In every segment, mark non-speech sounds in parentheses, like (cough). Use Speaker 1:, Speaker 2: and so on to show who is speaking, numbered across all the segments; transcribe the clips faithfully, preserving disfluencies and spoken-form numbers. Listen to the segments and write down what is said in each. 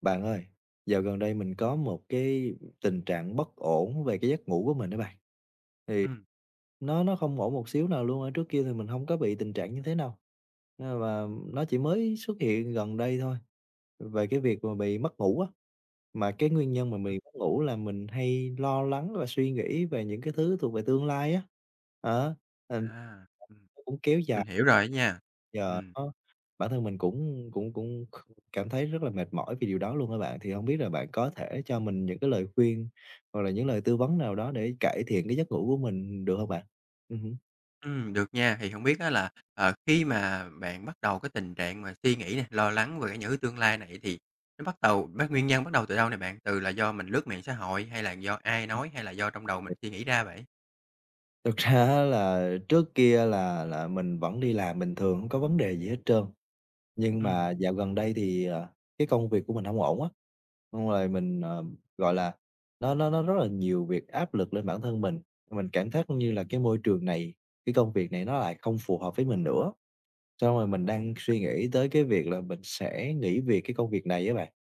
Speaker 1: Bạn ơi, dạo gần đây mình có một cái tình trạng bất ổn về cái giấc ngủ của mình đó bạn. Thì
Speaker 2: Ừm,
Speaker 1: nó nó không ổn một xíu nào luôn, ở trước kia thì mình không có bị tình trạng như thế nào, nhưng mà nó chỉ mới xuất hiện gần đây thôi, về cái việc mà bị mất ngủ á. Mà cái nguyên nhân mà
Speaker 2: ừm,
Speaker 1: bị mất ngủ là mình hay lo lắng và suy nghĩ về những cái thứ thuộc về tương lai á, đó, thành
Speaker 2: à, ừm,
Speaker 1: nó cũng kéo dài.
Speaker 2: mình hiểu rồi á nha.
Speaker 1: Giờ
Speaker 2: Ừm,
Speaker 1: nó Bản thân mình cũng cũng cũng cảm thấy rất là mệt mỏi vì điều đó luôn á bạn. Thì không biết là bạn có thể cho mình những cái lời khuyên hoặc là những lời tư vấn nào đó để cải thiện cái giấc ngủ của mình được không bạn? Ừm hứm.
Speaker 2: ừm, được nha. Thì hổng biết á là, ờ, khi mà bạn bắt đầu cái tình trạng mà suy nghĩ nè, lo lắng về cái những cái tương lai này thì nó bắt đầu bắt nguyên nhân bắt đầu từ đâu nè bạn? Từ là do mình lướt mạng xã hội hay là do ai nói hay là do trong đầu mình suy nghĩ ra vậy?
Speaker 1: Thực ra á là trước kia là là mình vẫn đi làm bình thường, không có vấn đề gì hết trơn, nhưng
Speaker 2: Ừm,
Speaker 1: mà dạo gần đây thì, ờ, cái công việc của mình không ổn á, xong rồi mình, ờ, gọi là, nó nó nó rất là nhiều việc áp lực lên bản thân mình. Mình cảm giác như là cái môi trường này, cái công việc này nó lại không phù hợp với mình nữa. Xong rồi mình đang suy nghĩ tới cái việc là mình sẽ nghỉ việc cái công việc này á bạn.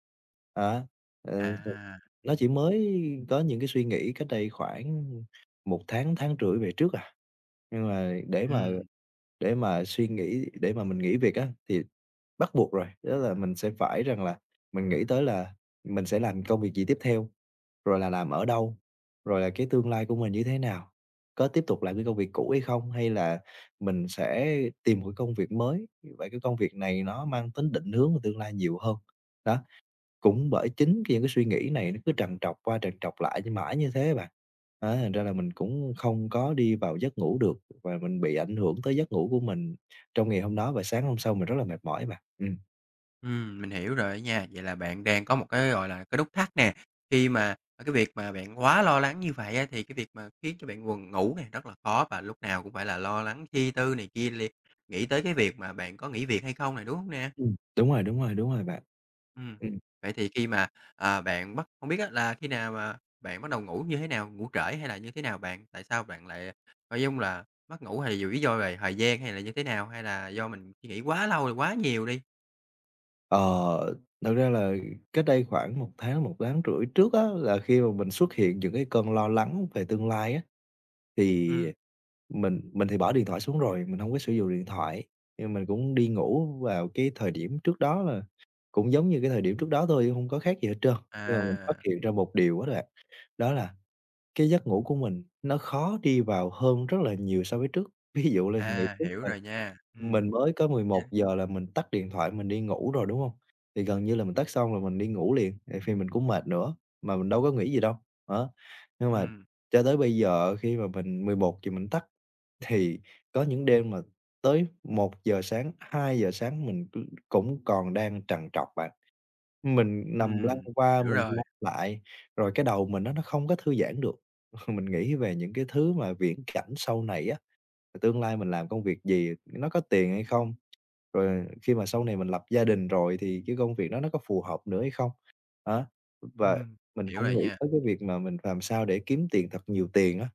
Speaker 1: Đó, ờ,
Speaker 2: à,
Speaker 1: nó
Speaker 2: ừm,
Speaker 1: chỉ mới có những cái suy nghĩ cách đây khoảng một tháng, tháng rưỡi về trước à. Nhưng mà để mà
Speaker 2: ừm.
Speaker 1: để mà suy nghĩ để mà mình nghỉ việc á, thì bắt buộc rồi, đó là mình sẽ phải rằng là mình nghĩ tới là mình sẽ làm công việc gì tiếp theo, rồi là làm ở đâu, rồi là cái tương lai của mình như thế nào, có tiếp tục làm cái công việc cũ hay không, hay là mình sẽ tìm một cái công việc mới, vậy cái công việc này nó mang tính định hướng về tương lai nhiều hơn. Đó, cũng bởi chính cái những cái suy nghĩ này nó cứ trằn trọc qua trằn trọc lại như mãi như thế bạn. Á, thành ra là mình cũng không có đi vào giấc ngủ được, và mình bị ảnh hưởng tới giấc ngủ của mình trong ngày hôm đó, và sáng hôm sau mình rất là mệt mỏi bạn. Ừm.
Speaker 2: Ừm, mình hiểu rồi á nha. Vậy là bạn đang có một cái, gọi là, cái nút thắt nè, khi mà, à, cái việc mà bạn quá lo lắng như vậy á, thì cái việc mà khiến cho bạn buồn ngủ này rất là khó và lúc nào cũng phải là lo lắng chi tư này kia liệt, nghĩ tới cái việc mà bạn có nghỉ việc hay không này đúng không nè?
Speaker 1: Ừm. Đúng rồi, đúng rồi, đúng rồi bạn.
Speaker 2: Ừm,
Speaker 1: Ừm.
Speaker 2: vậy thì khi mà, à, bạn bắt không biết á là khi nào mà bạn bắt đầu ngủ như thế nào? Ngủ trễ hay là như thế nào bạn? Tại sao bạn lại nội dung là mất ngủ hay là dù lý do về thời gian hay là như thế nào? Hay là do mình suy nghĩ quá lâu rồi, quá nhiều đi?
Speaker 1: Ờ, thật ra là cách đây khoảng một tháng, một tháng rưỡi trước á, là khi mà mình xuất hiện những cái cơn lo lắng về tương lai á. Thì
Speaker 2: Ừm,
Speaker 1: mình mình thì bỏ điện thoại xuống rồi, mình hông có sử dụng điện thoại, nhưng mình cũng đi ngủ vào cái thời điểm trước đó là cũng giống như cái thời điểm trước đó thôi, hông có khác gì hết trơn. Nhưng mà mình phát
Speaker 2: à.
Speaker 1: hiện ra một điều á, là đó là cái giấc ngủ của mình nó khó đi vào hơn rất là nhiều so với trước. (laughs) Ví dụ là ngày
Speaker 2: À,
Speaker 1: trước
Speaker 2: hiểu
Speaker 1: là
Speaker 2: rồi nha. Ừm,
Speaker 1: mình mới có mười một
Speaker 2: yeah,
Speaker 1: giờ là mình tắt điện thoại, mình đi ngủ rồi, đúng hông? Thì gần như là mình tắt xong là mình đi ngủ liền, tại vì mình cũng mệt nữa, mà mình đâu có nghĩ gì đâu, đó. Nhưng mà
Speaker 2: ừm,
Speaker 1: cho tới bây giờ, khi mà mình mười một giờ mình tắt, thì có những đêm mà tới một giờ sáng, hai giờ sáng mình c cũng còn đang trằn trọc bạn. Mình nằm lăn
Speaker 2: ừm,
Speaker 1: qua,
Speaker 2: hiểu
Speaker 1: mình
Speaker 2: rồi,
Speaker 1: lăn lại, rồi cái đầu mình á nó không có thư giãn được. (laughs) Mình nghĩ về những cái thứ mà viễn cảnh sau này á, tương lai mình làm công việc gì, nó có tiền hay không? Rồi khi mà sau này mình lập gia đình rồi thì cái công việc đó nó có phù hợp nữa hay không? Á, và
Speaker 2: Ừm.
Speaker 1: mình
Speaker 2: Hiểu
Speaker 1: cũng
Speaker 2: rồi
Speaker 1: nghĩ
Speaker 2: nha.
Speaker 1: tới cái việc mà mình làm sao để kiếm tiền, thật nhiều tiền á,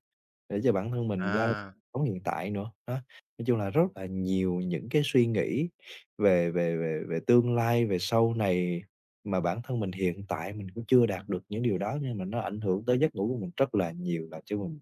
Speaker 1: để cho bản thân mình lo
Speaker 2: À,
Speaker 1: sống hiện tại nữa, đó. Nói chung là rất là nhiều những cái suy nghĩ về về về về tương lai, về sau này, mà bản thân mình hiện tại mình cũng chưa đạt được những điều đó, nhưng mà nó ảnh hưởng tới giấc ngủ của mình rất là nhiều, làm cho mình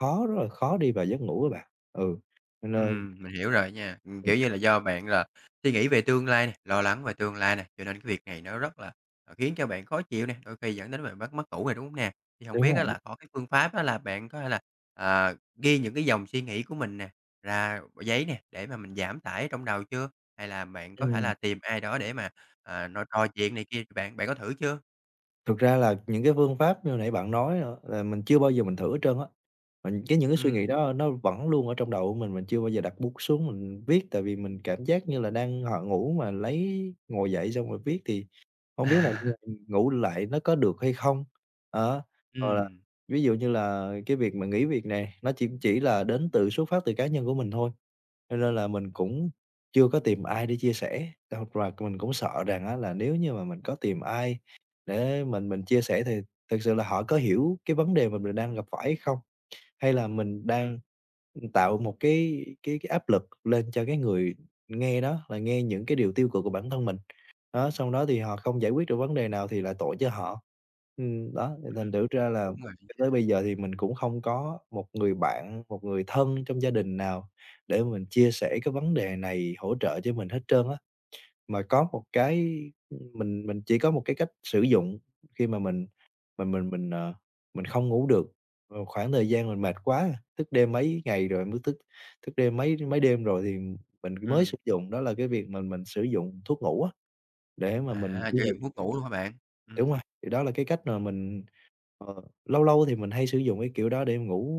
Speaker 1: khó, rất là khó đi vào giấc ngủ á bạn. Ừ, cho nên.
Speaker 2: ừm, mình hiểu rồi nha. Ừm,
Speaker 1: Ừm,
Speaker 2: kiểu như là, do bạn là suy nghĩ về tương lai nè, lo lắng về tương lai nè, cho nên cái việc này nó rất là, ờ, khiến cho bạn khó chịu nè, đôi khi dẫn đến bạn bắt mất ngủ nè, đúng hông nè? Thì hổng
Speaker 1: đúng
Speaker 2: biết á
Speaker 1: rồi.
Speaker 2: là có cái phương pháp á là bạn có thể là, à, ghi những cái dòng suy nghĩ của mình nè, ra vào giấy nè, để mà mình giảm tải trong đầu chưa? Hay là bạn có thể
Speaker 1: ừm,
Speaker 2: là tìm ai đó để mà, à, nói trò chuyện này kia, bạn bạn có thử chưa?
Speaker 1: Thực ra là những cái phương pháp như nãy bạn nói á là mình chưa bao giờ mình thử hết trơn á. Mình, cái những cái suy
Speaker 2: Ừm.
Speaker 1: nghĩ đó nó vẫn luôn ở trong đầu của mình, mình chưa bao giờ đặt bút xuống mình viết, tại vì mình cảm giác như là đang h ngủ mà lấy ngồi dậy xong rồi viết thì hông biết là
Speaker 2: À.
Speaker 1: (unintelligible) ngủ lại nó có được hay không? Đó, hoặc là
Speaker 2: Ừm,
Speaker 1: ví dụ như là cái việc mà nghỉ việc nè, nó chỉ chỉ là đến từ, xuất phát từ cá nhân của mình thôi, cho nên là mình cũng chưa có tìm ai để chia sẻ, hoặc là mình cũng sợ rằng á là nếu như mà mình có tìm ai để mình mình chia sẻ thì thực sự là họ có hiểu cái vấn đề mà mình đang gặp phải hay không? Hay là mình
Speaker 2: ừm,
Speaker 1: đang tạo một cái cái cái áp lực lên cho cái người nghe đó, là nghe những cái điều tiêu cực của bản thân mình. Đó, xong đó thì họ không giải quyết được vấn đề nào thì lại tội cho họ. Ừm, đó, thì
Speaker 2: ừm.
Speaker 1: thành thử ra là
Speaker 2: Đúng rồi.
Speaker 1: cho tới bây giờ thì mình cũng không có một người bạn, một người thân trong gia đình nào để mình chia sẻ cái vấn đề này, hỗ trợ cho mình hết trơn á. Mà có một cái, mình mình chỉ có một cái cách sử dụng khi mà mình mình mình mình, ờ, mình không ngủ được, ờ, khoảng thời gian mình mệt quá, thức đêm mấy ngày rồi mới thức thức đêm mấy mấy đêm rồi thì mình mới sử
Speaker 2: Ừm.
Speaker 1: dụng, đó là cái việc mình mình sử dụng thuốc ngủ á, để mà mình
Speaker 2: À,
Speaker 1: đi
Speaker 2: sử
Speaker 1: vào.
Speaker 2: dụng thuốc ngủ luôn hả bạn? Ừm,
Speaker 1: Đúng rồi, thì đó là cái cách mà mình, ờ, lâu lâu thì mình hay sử dụng cái kiểu đó để ngủ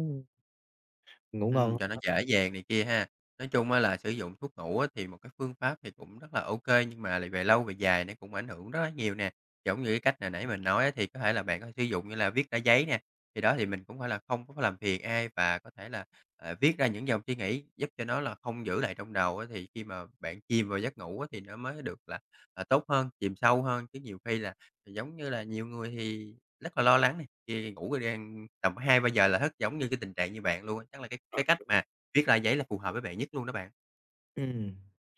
Speaker 1: ngủ
Speaker 2: Ừm,
Speaker 1: ngon.
Speaker 2: cho nó dễ dàng này kia ha. Nói chung á là sử dụng thuốc ngủ á thì một cái phương pháp thì cũng rất là ok nhưng mà lại về lâu về dài nó cũng ảnh hưởng rất là nhiều nè. Giống như cái cách hồi nãy mình nói á, thì có thể là bạn có thể sử dụng như là viết ra giấy nè, thì đó thì mình cũng phải là không có làm phiền ai và có thể là, ờ, viết ra những dòng suy nghĩ giúp cho nó là không giữ lại trong đầu á, thì khi mà bạn chìm vào giấc ngủ á thì nó mới được là, à, tốt hơn, chìm sâu hơn, chứ nhiều khi là giống như là nhiều người thì rất là lo lắng. Đi ngủ rồi đi ăn tầm hai trăm giờ là thức, giống như cái tình trạng như bạn luôn á. Chắc là cái cái cách mà viết ra giấy là phù hợp với bạn nhất luôn đó bạn.
Speaker 1: Ừm,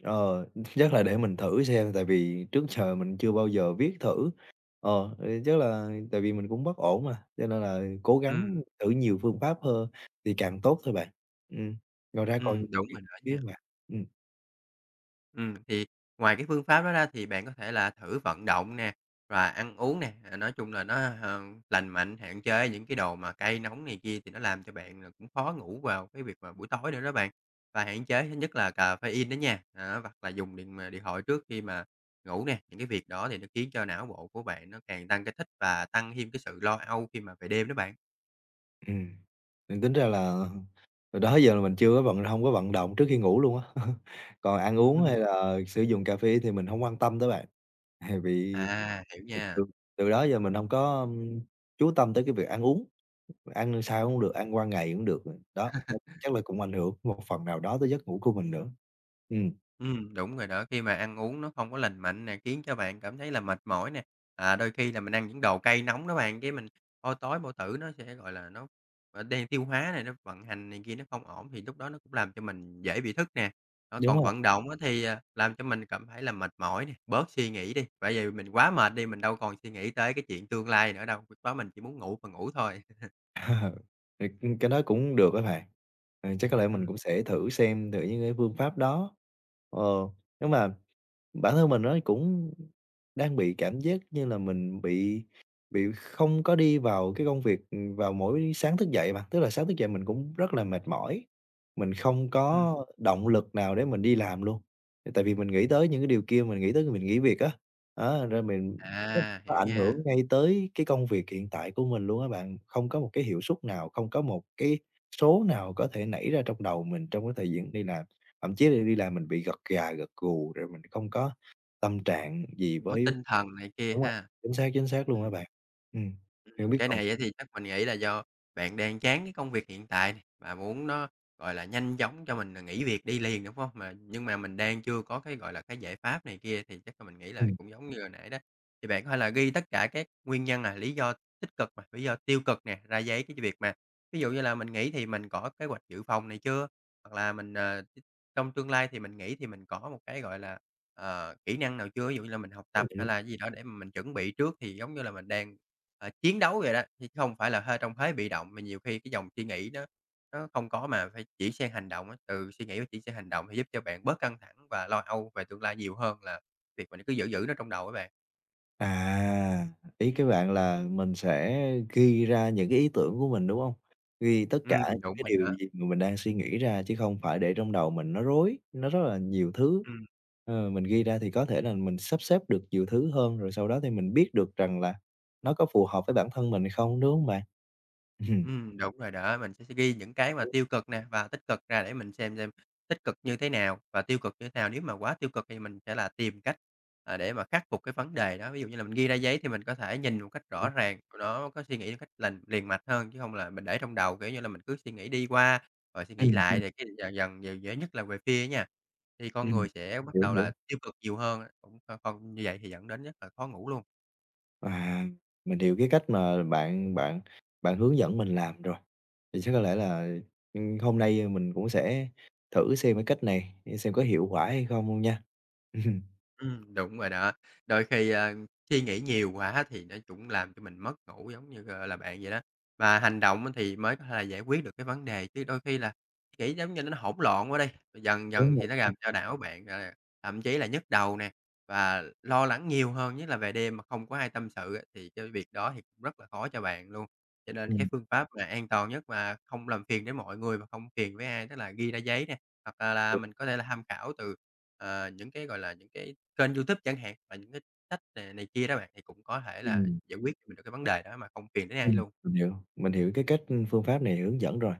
Speaker 1: ờ, chắc là để mình thử xem, tại vì trước giờ mình chưa bao giờ viết thử. Ờ, thì chắc là tại vì mình cũng bất ổn mà, cho nên là cố gắng
Speaker 2: Ừm,
Speaker 1: thử nhiều phương pháp hơn thì càng tốt thôi bạn. Ừm, ngoài ra còn
Speaker 2: ừm, đúng
Speaker 1: việc
Speaker 2: rồi đó
Speaker 1: phía
Speaker 2: nha.
Speaker 1: mà, ừm,
Speaker 2: Ừm, thì ngoài cái phương pháp đó ra thì bạn có thể là thử vận động nè, và ăn uống nè, à, nói chung là nó, ờ, lành mạnh, hạn chế những cái đồ mà cay nóng này kia thì nó làm cho bạn là cũng khó ngủ vào cái việc mà buổi tối nữa đó bạn. Và hạn chế thứ nhất là caffeine đó nha, đó, hoặc là dùng điện mà điện thoại trước khi mà ngủ nè, những cái việc đó thì nó khiến cho não bộ của bạn nó càng tăng cái thích và tăng thêm cái sự lo âu khi mà về đêm đó bạn.
Speaker 1: ừm, nên tính ra là từ đó giờ là mình chưa có vận hông có vận động trước khi ngủ luôn á. (laughs) Còn ăn uống hay
Speaker 2: (laughs)
Speaker 1: là sử dụng cà phê thì mình không quan tâm tới bạn, tại vì
Speaker 2: À, hiểu
Speaker 1: từ
Speaker 2: nha.
Speaker 1: từ từ đó giờ mình không có, ưm, chú tâm tới cái việc ăn uống. Ăn sao cũng được, ăn qua ngày cũng được, đó, nó chắc là cũng ảnh hưởng một phần nào đó tới giấc ngủ của mình nữa. Ừm,
Speaker 2: Ừm, đúng rồi đó, khi mà ăn uống nó không có lành mạnh nè, khiến cho bạn cảm thấy là mệt mỏi nè. À, đôi khi là mình ăn những đồ cay nóng đó bạn, cái mình hôi tối bao tử nó sẽ, gọi là, nó, ờ, đang tiêu hóa này, nó vận hành này kia nó không ổn thì lúc đó nó cũng làm cho mình dễ bị thức nè. Đó,
Speaker 1: đúng
Speaker 2: còn
Speaker 1: rồi.
Speaker 2: vận động á thì, à, làm cho mình cảm thấy là mệt mỏi nè, bớt suy nghĩ đi, bởi vì mình quá mệt đi, mình đâu còn suy nghĩ tới cái chuyện tương lai nữa đâu, lúc đó mình chỉ muốn ngủ và ngủ thôi.
Speaker 1: (laughs) Ờ, thì c cái đó cũng được á bạn. Ờ, chắc có lẽ mình
Speaker 2: Ừm,
Speaker 1: cũng sẽ thử xem thử những cái phương pháp đó. Ờ, nhưng mà bản thân mình nó cũng đang bị cảm giác như là mình bị, bị không có đi vào cái công việc, ừm, vào mỗi sáng thức dậy mà, tức là sáng thức dậy mình cũng rất là mệt mỏi, mình không
Speaker 2: ừm,
Speaker 1: có động lực nào để mình đi làm luôn. Thì tại vì mình nghĩ tới những cái điều kia, mình nghĩ tới mình nghỉ việc á, đó, rồi mình nó
Speaker 2: à,
Speaker 1: nó
Speaker 2: hiểu
Speaker 1: ảnh hưởng
Speaker 2: nha.
Speaker 1: ngay tới cái công việc hiện tại của mình luôn á bạn. Không có một cái hiệu suất nào, không có một cái số nào có thể nảy ra trong đầu mình trong cái thời gian đi làm. Thậm chí là đi làm mình bị gật gà, gật gù, rồi mình không có tâm trạng gì
Speaker 2: Cũng có
Speaker 1: với.
Speaker 2: tinh thần này kia
Speaker 1: Đúng rồi,
Speaker 2: ha.
Speaker 1: chính xác, chính xác luôn á
Speaker 2: Ừm.
Speaker 1: bạn. Ừm,
Speaker 2: Ừm,
Speaker 1: thì hông biết
Speaker 2: cái
Speaker 1: còn.
Speaker 2: này á thì chắc mình nghĩ là do bạn đang chán cái công việc hiện tại này và muốn nó, gọi là, nhanh chóng cho mình là nghỉ việc đi liền, đúng hông? Mà nhưng mà mình đang chưa có cái, gọi là, cái giải pháp này kia thì chắc là mình nghĩ là
Speaker 1: Ừm,
Speaker 2: cũng giống như hồi nãy đó, thì bạn có thể là ghi tất cả các nguyên nhân là lý do tích cực mà lý do tiêu cực nè, ra giấy cái việc mà ví dụ như là mình nghỉ thì mình có kế hoạch dự phòng này chưa? Hoặc là mình, ờ trong tương lai thì mình nghĩ thì mình có một cái, gọi là, ờ, kỹ năng nào chưa? Ví dụ như là mình học tập
Speaker 1: đúng rồi,
Speaker 2: hay
Speaker 1: đúng.
Speaker 2: là gì đó để mà mình chuẩn bị trước thì giống như là mình đang, ờ, chiến đấu vậy đó, thì chứ không phải là hơi trong thế bị động, mà nhiều khi cái dòng suy nghĩ nó nó không có mà phải chuyển sang hành động á, từ suy nghĩ và chuyển sang hành động thì giúp cho bạn bớt căng thẳng và lo âu về tương lai nhiều hơn là việc mình cứ giữ giữ nó trong đầu á bạn.
Speaker 1: À, ý cái bạn là mình sẽ ghi ra những cái ý tưởng của mình, đúng hông? Ghi tất cả những
Speaker 2: Ừm, đúng
Speaker 1: cái
Speaker 2: rồi
Speaker 1: điều
Speaker 2: đó.
Speaker 1: gì mà mình đang suy nghĩ ra, chứ không phải để trong đầu mình nó rối, nó rất là nhiều thứ.
Speaker 2: Ừm.
Speaker 1: Ờ, mình ghi ra thì có thể là mình sắp xếp được nhiều thứ hơn, rồi sau đó thì mình biết được rằng là nó có phù hợp với bản thân mình hay không, đúng hông bạn? Ừm.
Speaker 2: Ừm, đúng rồi đó, mình sẽ ghi những cái mà tiêu
Speaker 1: (unintelligible)
Speaker 2: cực nè và tích cực ra để mình xem xem tích cực như thế nào và tiêu cực như thế nào. Nếu mà quá tiêu cực thì mình sẽ là tìm cách, à, để mà khắc phục cái vấn đề đó. Ví dụ như là mình ghi ra giấy thì mình có thể nhìn một cách rõ ràng, nó có suy nghĩ một cách lành liền mạch hơn, chứ không là mình để trong đầu, kiểu như là, mình cứ suy nghĩ đi qua rồi suy nghĩ
Speaker 1: Ừm,
Speaker 2: lại
Speaker 1: ừm,
Speaker 2: thì cái dần dần dần dễ nhất là về phía nha. Thì con
Speaker 1: ừm,
Speaker 2: người sẽ bắt
Speaker 1: hiểu,
Speaker 2: đầu
Speaker 1: hiểu.
Speaker 2: là tiêu cực nhiều hơn á, cũng còn như vậy thì dẫn đến rất là khó ngủ luôn.
Speaker 1: À, mình hiểu cái cách mà bạn bạn bạn hướng dẫn mình làm rồi, thì chắc có lẽ là, ừm, hôm nay mình cũng sẽ thử xem cái cách này, để xem có hiệu quả hay không luôn nha. (laughs)
Speaker 2: Ừm, đúng rồi đó. Đôi khi, a, suy nghĩ nhiều quá thì nó cũng làm cho mình mất ngủ giống như, gọi là, bạn vậy đó. Và hành động á thì mới có thể là giải quyết được cái vấn đề, chứ đôi khi là nghĩ giống như nó hỗn loạn quá đi, dần
Speaker 1: Ừm,
Speaker 2: dần
Speaker 1: đúng
Speaker 2: thì
Speaker 1: rồi.
Speaker 2: nó làm cho não bạn, gọi thậm chí là nhức đầu nè, và lo lắng nhiều hơn, nhất là về đêm mà không có ai tâm sự á, thì cái việc đó thì cũng rất là khó cho bạn luôn. Cho nên cái
Speaker 1: ừm,
Speaker 2: phương pháp mà an toàn nhất mà không làm phiền đến mọi người và không phiền với ai, tức là ghi ra giấy nè, hoặc là là
Speaker 1: ừm,
Speaker 2: mình có thể là tham khảo từ, ờ, những cái, gọi là, những cái Kênh YouTube chẳng hạn, và những cái sách nè này kia đó bạn, thì cũng có thể là
Speaker 1: ừm,
Speaker 2: giải quyết cho mình được cái vấn đề đó mà không phiền đến ai
Speaker 1: ừm,
Speaker 2: luôn.
Speaker 1: mình hiểu, mình hiểu cái cách, phương pháp này hướng dẫn rồi.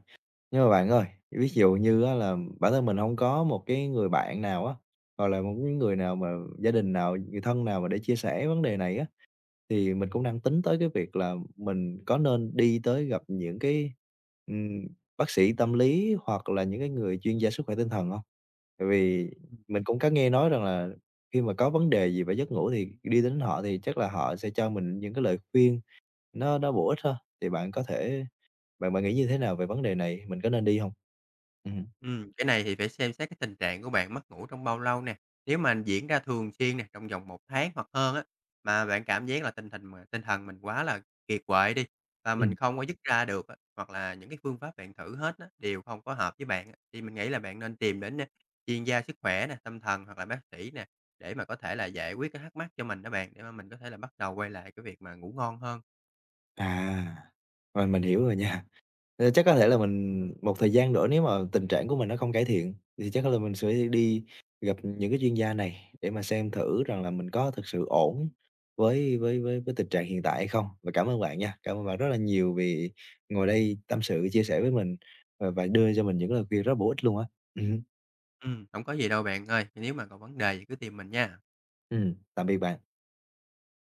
Speaker 1: Nhưng mà bạn ơi, ví dụ như á là bản thân mình hông có một cái người bạn nào á, hoặc là một cái người nào mà, gia đình nào, người thân nào mà để chia sẻ vấn đề này á. Thì mình cũng đang tính tới cái việc là mình có nên đi tới gặp những cái, ừm, bác sĩ tâm lý, hoặc là những cái người chuyên gia sức khỏe tinh thần không? Tại vì mình cũng có nghe nói rằng là khi mà có vấn đề gì về giấc ngủ thì đi đến họ, thì chắc là họ sẽ cho mình những cái lời khuyên nó nó bổ ích thôi. Thì bạn có thể, bạn bạn nghĩ như thế nào về vấn đề này? Mình có nên đi không? Ừm.
Speaker 2: Ừm, cái này thì phải xem xét cái tình trạng của bạn mất ngủ trong bao lâu nè. Nếu mà diễn ra thường xuyên nè, trong vòng một tháng hoặc hơn á, mà bạn cảm giác là tinh thần mà tinh thần mình quá là kiệt quệ đi, và mình
Speaker 1: Ừm.
Speaker 2: không có dứt ra được á, hoặc là những cái phương pháp bạn thử hết á, đều không có hợp với bạn á, thì mình nghĩ là bạn nên tìm đến, a, chuyên gia sức khỏe nè, tâm thần hoặc là bác sĩ nè, để mà có thể là giải quyết cái thắc mắc cho mình đó bạn, để mà mình có thể là bắt đầu quay lại cái việc mà ngủ ngon hơn.
Speaker 1: À, rồi mình hiểu rồi nha. Ờ, chắc có thể là mình một thời gian nữa, nếu mà tình trạng của mình nó không cải thiện, thì chắc là mình sẽ đi gặp những cái chuyên gia này để mà xem thử rằng là mình có thực sự ổn với với với với tình trạng hiện tại hay không. Và cảm ơn bạn nha, cảm ơn bạn rất là nhiều vì ngồi đây tâm sự, chia sẻ với mình, ờ, và đưa cho mình những lời khuyên rất bổ ích luôn á. Ừm,
Speaker 2: Ừm, hổng có gì đâu bạn ơi, nếu mà còn vấn đề gì cứ tìm mình nha.
Speaker 1: ừm, Tạm biệt bạn.